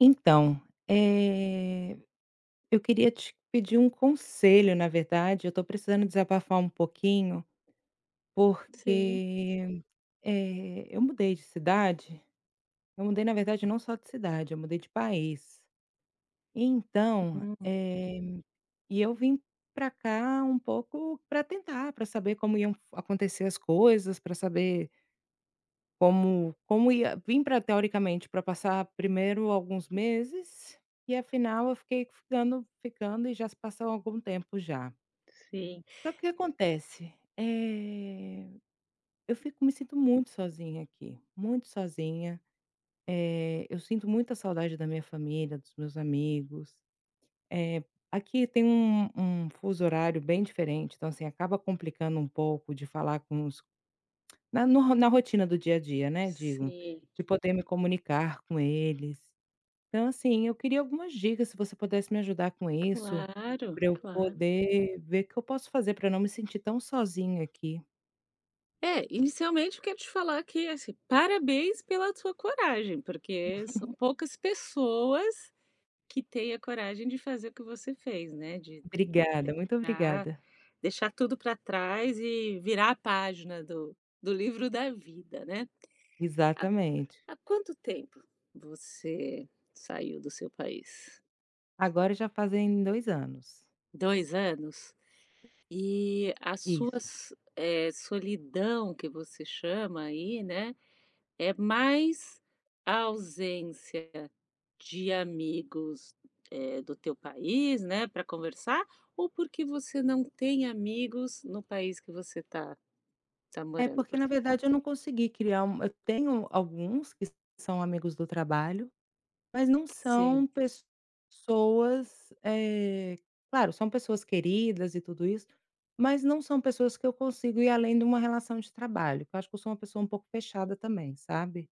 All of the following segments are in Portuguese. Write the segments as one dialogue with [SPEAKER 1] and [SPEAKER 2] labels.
[SPEAKER 1] Então, eh, eu queria te pedir um conselho, na verdade. Eu tô precisando desabafar um pouquinho,
[SPEAKER 2] Sim,
[SPEAKER 1] porque, eu mudei de cidade. Eu mudei, na verdade, não só de cidade, eu mudei de país. Então,
[SPEAKER 2] hum,
[SPEAKER 1] e eu vim pra cá um pouco pra tentar, pra saber como iam acontecer as coisas, pra saber como ia vim para teoricamente para passar primeiro alguns meses, e afinal eu fiquei ficando, ficando e já se passou algum tempo já.
[SPEAKER 2] sim,
[SPEAKER 1] Só que o que acontece? Eu fico me sinto muito sozinha aqui, muito sozinha, eu sinto muita saudade da minha família, dos meus amigos, eh, aqui tem um fuso horário bem diferente, então assim acaba complicando um pouco de falar com os Na no na rotina do dia a dia, né, digo,
[SPEAKER 2] sim.
[SPEAKER 1] de poder me comunicar com eles. Então, assim, eu queria algumas dicas, se você pudesse me ajudar com isso,
[SPEAKER 2] Claro,
[SPEAKER 1] para eu
[SPEAKER 2] claro.
[SPEAKER 1] poder ver o que eu posso fazer para não me sentir tão sozinha aqui.
[SPEAKER 2] É, inicialmente eu quero te falar que, assim, parabéns pela tua coragem, porque são poucas pessoas que têm a coragem de fazer o que você fez, né? De
[SPEAKER 1] Obrigada, muito
[SPEAKER 2] dar-
[SPEAKER 1] obrigada.
[SPEAKER 2] deixar tudo para trás e virar a página do livro da vida, né?
[SPEAKER 1] Exatamente.
[SPEAKER 2] Há quanto tempo você saiu do seu país?
[SPEAKER 1] Agora já fazem 2 anos.
[SPEAKER 2] 2 anos? E a sua
[SPEAKER 1] Isso.
[SPEAKER 2] solidão que você chama aí, né, é mais a ausência de amigos, do teu país, né, para conversar, ou porque você não tem amigos no país que você está tá tá
[SPEAKER 1] É
[SPEAKER 2] morando?
[SPEAKER 1] porque, na
[SPEAKER 2] Porque
[SPEAKER 1] verdade, eu não consegui criar eu tenho alguns que são amigos do trabalho. Mas não
[SPEAKER 2] sim,
[SPEAKER 1] são pessoas, claro, são pessoas queridas e tudo isso, mas não são pessoas que eu consigo ir além de uma relação de trabalho, que eu acho que eu sou uma pessoa um pouco fechada também, sabe.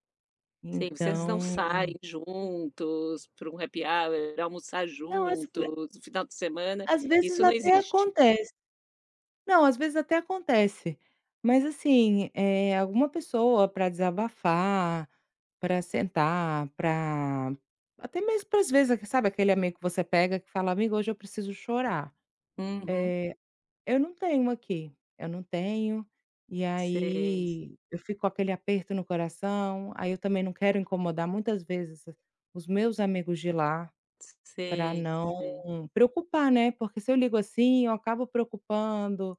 [SPEAKER 2] sim, vocês não saem
[SPEAKER 1] Então
[SPEAKER 2] juntos para um happy hour, almoçar
[SPEAKER 1] não,
[SPEAKER 2] juntos, no final de semana,
[SPEAKER 1] às vezes
[SPEAKER 2] isso não
[SPEAKER 1] até
[SPEAKER 2] existe?
[SPEAKER 1] acontece. Não, às vezes até acontece, mas assim, alguma pessoa pra desabafar, pra sentar, pra até mesmo para às vezes, sabe aquele amigo que você pega que fala: "Amigo, hoje eu preciso chorar".
[SPEAKER 2] Uhum.
[SPEAKER 1] Eh Eu não tenho aqui, eu não tenho, e
[SPEAKER 2] Sei,
[SPEAKER 1] aí eu fico com aquele aperto no coração, aí eu também não quero incomodar muitas vezes os meus amigos de lá para
[SPEAKER 2] sei,
[SPEAKER 1] não
[SPEAKER 2] sei.
[SPEAKER 1] preocupar, né, porque se eu ligo assim eu acabo preocupando,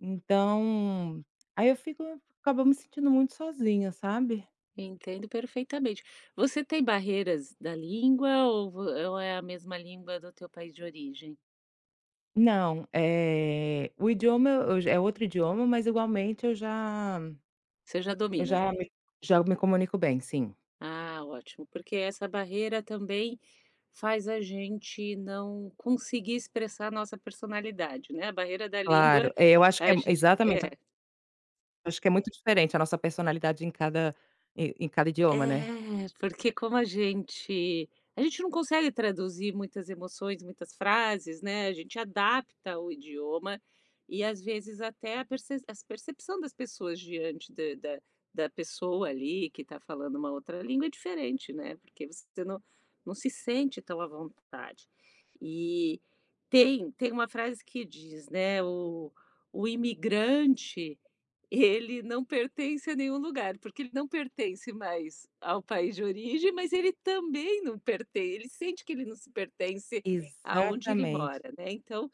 [SPEAKER 1] então aí eu fico acabo me sentindo muito sozinha, sabe.
[SPEAKER 2] Entendo perfeitamente. Você tem barreiras da língua ou vo ou é a mesma língua do teu país de origem?
[SPEAKER 1] Não, é o idioma eu já é outro idioma, mas igualmente
[SPEAKER 2] Você já
[SPEAKER 1] eu
[SPEAKER 2] domina?
[SPEAKER 1] já me comunico bem, sim.
[SPEAKER 2] Ah, ótimo, porque essa barreira também faz a gente não conseguir expressar a nossa personalidade, né, a barreira da
[SPEAKER 1] Claro,
[SPEAKER 2] língua,
[SPEAKER 1] eu acho que é
[SPEAKER 2] a gente
[SPEAKER 1] exatamente.
[SPEAKER 2] é.
[SPEAKER 1] Acho que é muito diferente a nossa personalidade em cada em cada idioma, né.
[SPEAKER 2] É, porque como a gente não consegue traduzir muitas emoções, muitas frases, né, a gente adapta o idioma e, às vezes, até a perce as percepção das pessoas diante da pessoa ali que está falando uma outra língua é diferente, né, porque você não se sente tão à vontade. E tem uma frase que diz, né, o imigrante ele não pertence a nenhum lugar, porque ele não pertence mais ao país de origem, mas ele também não perten ele sente que ele não se pertence aonde ele
[SPEAKER 1] Exatamente.
[SPEAKER 2] mora, né, então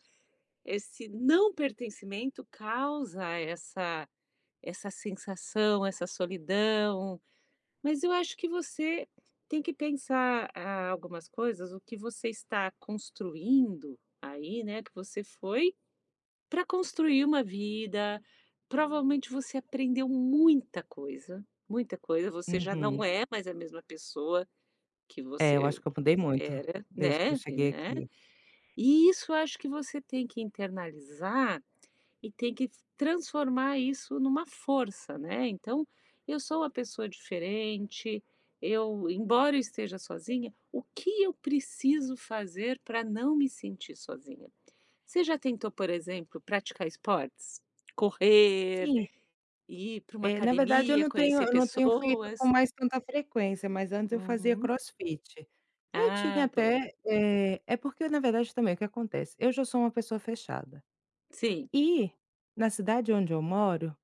[SPEAKER 2] esse não pertencimento causa essa sensação, essa solidão, mas eu acho que você tem que pensar, ah, algumas coisas, o que você está construindo aí, né, que você foi para construir uma vida, provavelmente você aprendeu muita coisa, você já não
[SPEAKER 1] Uhum.
[SPEAKER 2] é mais a mesma pessoa que
[SPEAKER 1] É, eu
[SPEAKER 2] você
[SPEAKER 1] acho que eu mudei muito
[SPEAKER 2] era,
[SPEAKER 1] desde que eu
[SPEAKER 2] né, e
[SPEAKER 1] cheguei
[SPEAKER 2] né,
[SPEAKER 1] aqui.
[SPEAKER 2] e isso eu acho que você tem que internalizar e tem que transformar isso numa força, né, então, eu sou uma pessoa diferente, eu embora eu esteja sozinha, o que eu preciso fazer para não me sentir sozinha? Você já tentou, por exemplo, praticar esportes? Correr,
[SPEAKER 1] Sim,
[SPEAKER 2] ir para uma
[SPEAKER 1] na verdade
[SPEAKER 2] academia, conhecer
[SPEAKER 1] eu não tenho feito com
[SPEAKER 2] pessoas?
[SPEAKER 1] mais tanta frequência, mas antes eu fazia
[SPEAKER 2] Uhum.
[SPEAKER 1] crossfit. Eu tinha
[SPEAKER 2] Ah, boa.
[SPEAKER 1] até, é porque na verdade também o que acontece, eu já sou uma pessoa fechada.
[SPEAKER 2] Sim,
[SPEAKER 1] E na cidade onde eu moro,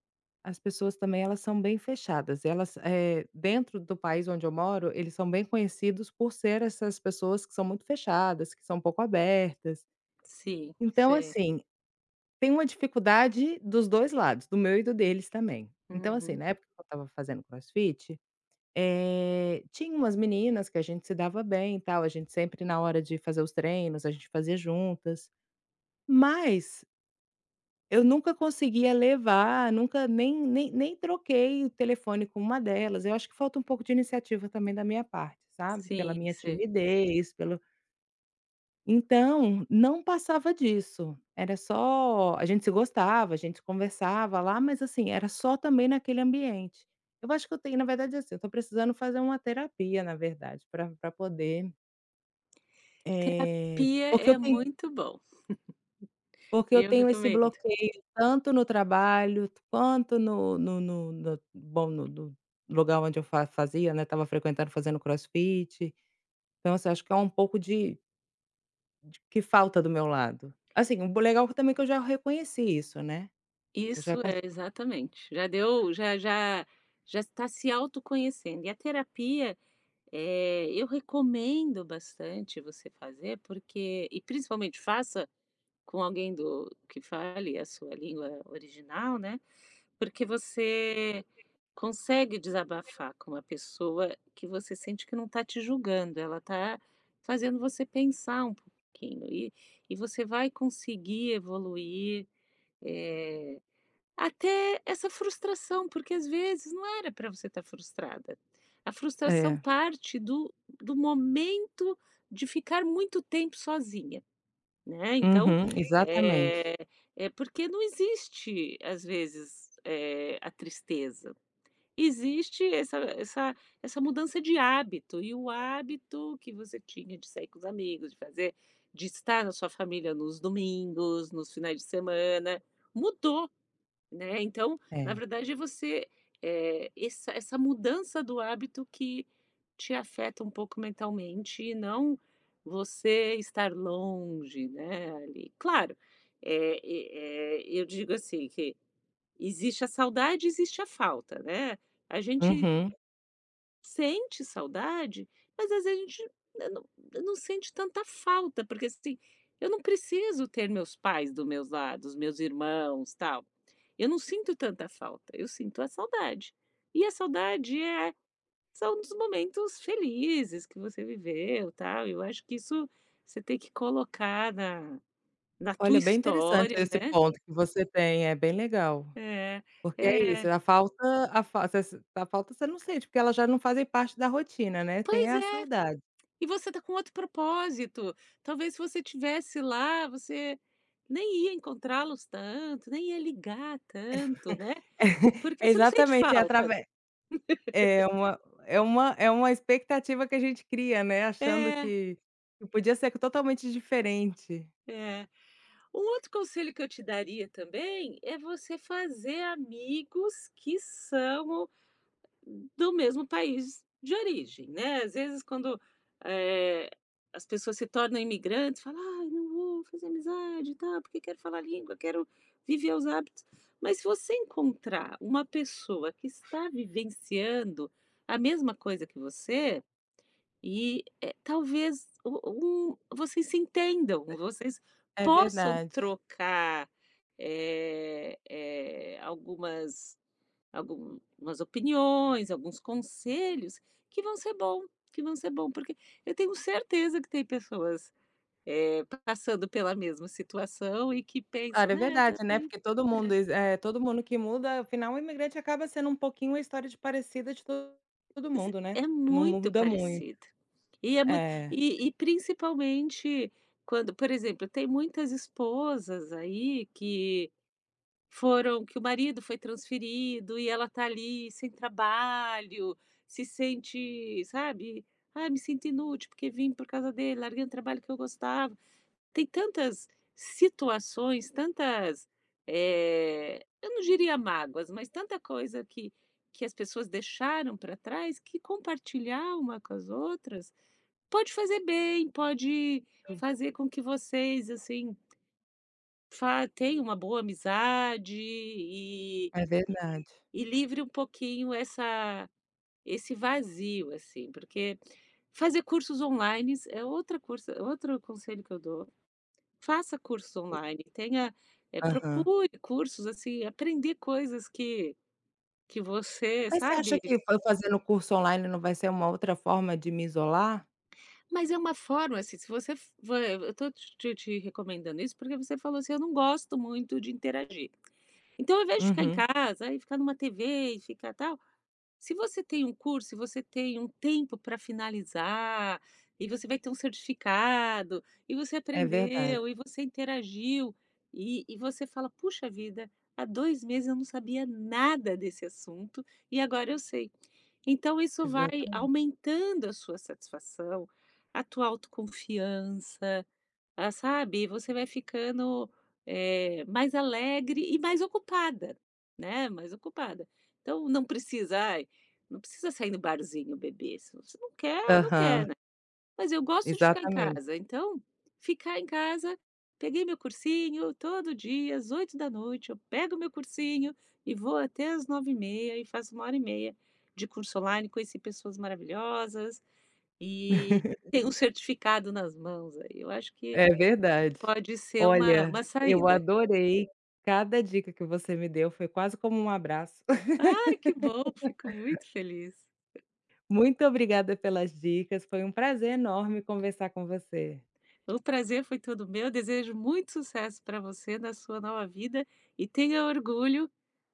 [SPEAKER 1] as pessoas também elas são bem fechadas, elas, dentro do país onde eu moro, eles são bem conhecidos por ser essas pessoas que são muito fechadas, que são um pouco abertas.
[SPEAKER 2] sim,
[SPEAKER 1] Então,
[SPEAKER 2] sei.
[SPEAKER 1] assim, tem uma dificuldade dos 2 lados, do meu e do deles também. Então, assim,
[SPEAKER 2] Uhum.
[SPEAKER 1] na época que eu estava fazendo crossfit, tinha umas meninas que a gente se dava bem e tal, a gente sempre na hora de fazer os treinos, a gente fazia juntas, mas eu nunca conseguia levar, nunca nem troquei o telefone com uma delas. Eu acho que falta um pouco de iniciativa também da minha parte, sabe, pela
[SPEAKER 2] Sim,
[SPEAKER 1] minha
[SPEAKER 2] sei.
[SPEAKER 1] timidez, pelo então, não passava disso. Era só a gente se gostava, a gente conversava lá, mas, assim, era só também naquele ambiente. Eu acho que eu tenho na verdade, assim, eu estou precisando fazer uma terapia, na verdade, para pra poder, eh,
[SPEAKER 2] Terapia
[SPEAKER 1] porque eu
[SPEAKER 2] é muito bom.
[SPEAKER 1] porque eu
[SPEAKER 2] Eu
[SPEAKER 1] tenho esse
[SPEAKER 2] recomendo.
[SPEAKER 1] bloqueio tanto no trabalho, quanto no bom, no lugar onde eu fa fazia, né, estava frequentando, fazendo crossfit. Então, assim, acho que é um pouco de que falta do meu lado. Assim, o legal também é que eu já reconheci isso, né, eu já
[SPEAKER 2] Isso é,
[SPEAKER 1] consigo
[SPEAKER 2] exatamente. Já deu, já está se autoconhecendo. E a terapia, eu recomendo bastante você fazer, porque e principalmente faça com alguém do que fale a sua língua original, né, porque você consegue desabafar com uma pessoa que você sente que não está te julgando, ela está fazendo você pensar um pouquinho e você vai conseguir evoluir, eh, até essa frustração, porque às vezes não era para você estar frustrada. A frustração
[SPEAKER 1] é.
[SPEAKER 2] parte do momento de ficar muito tempo sozinha. Né, então,
[SPEAKER 1] Uhum, exatamente.
[SPEAKER 2] eh, é porque não existe, às vezes, a tristeza. Existe essa mudança de hábito, e o hábito que você tinha de sair com os amigos, de fazer de estar na sua família nos domingos, nos finais de semana, mudou. Né, então, na
[SPEAKER 1] É.
[SPEAKER 2] verdade, é você, essa mudança do hábito que te afeta um pouco mentalmente e não você estar longe, né, ali. Claro, e eu digo assim que existe a saudade, existe a falta, né. A gente
[SPEAKER 1] Uhum.
[SPEAKER 2] sente saudade, mas às vezes a gente né, não sente tanta falta, porque assim, eu não preciso ter meus pais do meus lados, meus irmãos, tal. Eu não sinto tanta falta, eu sinto a saudade. E a saudade é são dos momentos felizes que você viveu, tal. Eu acho que isso você tem que colocar na tua
[SPEAKER 1] Olha, bem interessante
[SPEAKER 2] história,
[SPEAKER 1] esse
[SPEAKER 2] né.
[SPEAKER 1] ponto que você tem, é bem legal.
[SPEAKER 2] É,
[SPEAKER 1] Porque é isso,
[SPEAKER 2] é.
[SPEAKER 1] a fa você a falta você não sente, porque elas já não fazem parte da rotina, né, tem
[SPEAKER 2] Pois
[SPEAKER 1] a
[SPEAKER 2] é.
[SPEAKER 1] saudade.
[SPEAKER 2] E você tá com outro propósito. Talvez se você tivesse lá, você nem ia encontrá-los tanto, nem ia ligar tanto, né, porque você não sente
[SPEAKER 1] Exatamente, é
[SPEAKER 2] falta.
[SPEAKER 1] atrave é uma é uma expectativa que a gente cria, né, achando
[SPEAKER 2] É,
[SPEAKER 1] que podia ser totalmente diferente.
[SPEAKER 2] é. Um outro conselho que eu te daria também é você fazer amigos que são do mesmo país de origem, né. Às vezes quando, eh, as pessoas se tornam imigrantes, falam, ah, não vou fazer amizade, tá? Porque quero falar a língua, quero viver os hábitos. Mas se você encontrar uma pessoa que está vivenciando a mesma coisa que você, e, talvez o um vocês se entendam, vocês
[SPEAKER 1] É
[SPEAKER 2] possam
[SPEAKER 1] verdade.
[SPEAKER 2] trocar, eh eh, algumas Algumas opiniões, alguns conselhos que vão ser bom, que vão ser bom, porque eu tenho certeza que tem pessoas, passando pela mesma situação e que pensam:
[SPEAKER 1] Claro, é
[SPEAKER 2] "Né, eu
[SPEAKER 1] verdade, né,
[SPEAKER 2] também",
[SPEAKER 1] porque
[SPEAKER 2] né.
[SPEAKER 1] todo mundo que muda, afinal o imigrante acaba sendo um pouquinho a história de parecida de to todo
[SPEAKER 2] Isso
[SPEAKER 1] mundo, né,
[SPEAKER 2] é
[SPEAKER 1] não
[SPEAKER 2] muito
[SPEAKER 1] muda muito.
[SPEAKER 2] parecido. E é muito
[SPEAKER 1] É.
[SPEAKER 2] e principalmente quando, por exemplo, tem muitas esposas aí que foram que o marido foi transferido e ela tá ali sem trabalho, se sente, sabe: "Ah, me sinto inútil porque vim por causa dele, larguei um trabalho que eu gostava." Tem tantas situações, tantas, eu não diria mágoas, mas tanta coisa que as pessoas deixaram para trás, que compartilhar uma com as outras pode fazer bem, pode fazer com que vocês, assim, fa tenham uma boa amizade e
[SPEAKER 1] É verdade.
[SPEAKER 2] e livre um pouquinho essa esse vazio, assim, porque fazer cursos online é outra curso outro conselho que eu dou. Faça cursos online, tenha
[SPEAKER 1] Aham.
[SPEAKER 2] procure cursos, assim, aprender coisas que você
[SPEAKER 1] Mas você acha
[SPEAKER 2] sabe?
[SPEAKER 1] que eu fazendo curso online não vai ser uma outra forma de me isolar?
[SPEAKER 2] Mas é uma forma, assim, se você f va eu estou te recomendando isso, porque você falou assim: "Eu não gosto muito de interagir." Então, ao invés de ficar em
[SPEAKER 1] Uhum.
[SPEAKER 2] casa, e ficar numa TV e ficar tal, se você tem um curso, se você tem um tempo para finalizar, e você vai ter um certificado, e você
[SPEAKER 1] É verdade.
[SPEAKER 2] aprendeu, e você interagiu, e, você fala: puxa vida, há 2 meses eu não sabia nada desse assunto e agora eu sei. Então, isso vai
[SPEAKER 1] Exatamente.
[SPEAKER 2] aumentando a sua satisfação, a tua autoconfiança, ah, sabe, você vai ficando, mais alegre e mais ocupada, né, mais ocupada. Então não precisa, ai, não precisa sair no barzinho beber, se você não quer, não
[SPEAKER 1] Aham.
[SPEAKER 2] quer, né. Mas eu gosto de ficar em
[SPEAKER 1] Exatamente,
[SPEAKER 2] casa, então, ficar em casa, peguei meu cursinho, todo dia às 8 da noite. Eu pego meu cursinho e vou até às 9h30 e faço uma hora e meia de curso online, conheci pessoas maravilhosas e tenho um certificado nas mãos aí, eu acho que
[SPEAKER 1] é verdade.
[SPEAKER 2] pode ser uma
[SPEAKER 1] Olha,
[SPEAKER 2] uma
[SPEAKER 1] eu
[SPEAKER 2] saída.
[SPEAKER 1] adorei cada dica que você me deu, foi quase como um abraço.
[SPEAKER 2] Ah, que bom, fico muito feliz.
[SPEAKER 1] Muito obrigada pelas dicas, foi um prazer enorme conversar com você.
[SPEAKER 2] O prazer foi todo meu, desejo muito sucesso para você na sua nova vida e tenha orgulho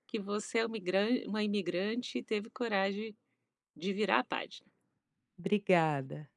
[SPEAKER 2] que você é um migran uma imigrante e teve coragem de virar a página.
[SPEAKER 1] Obrigada.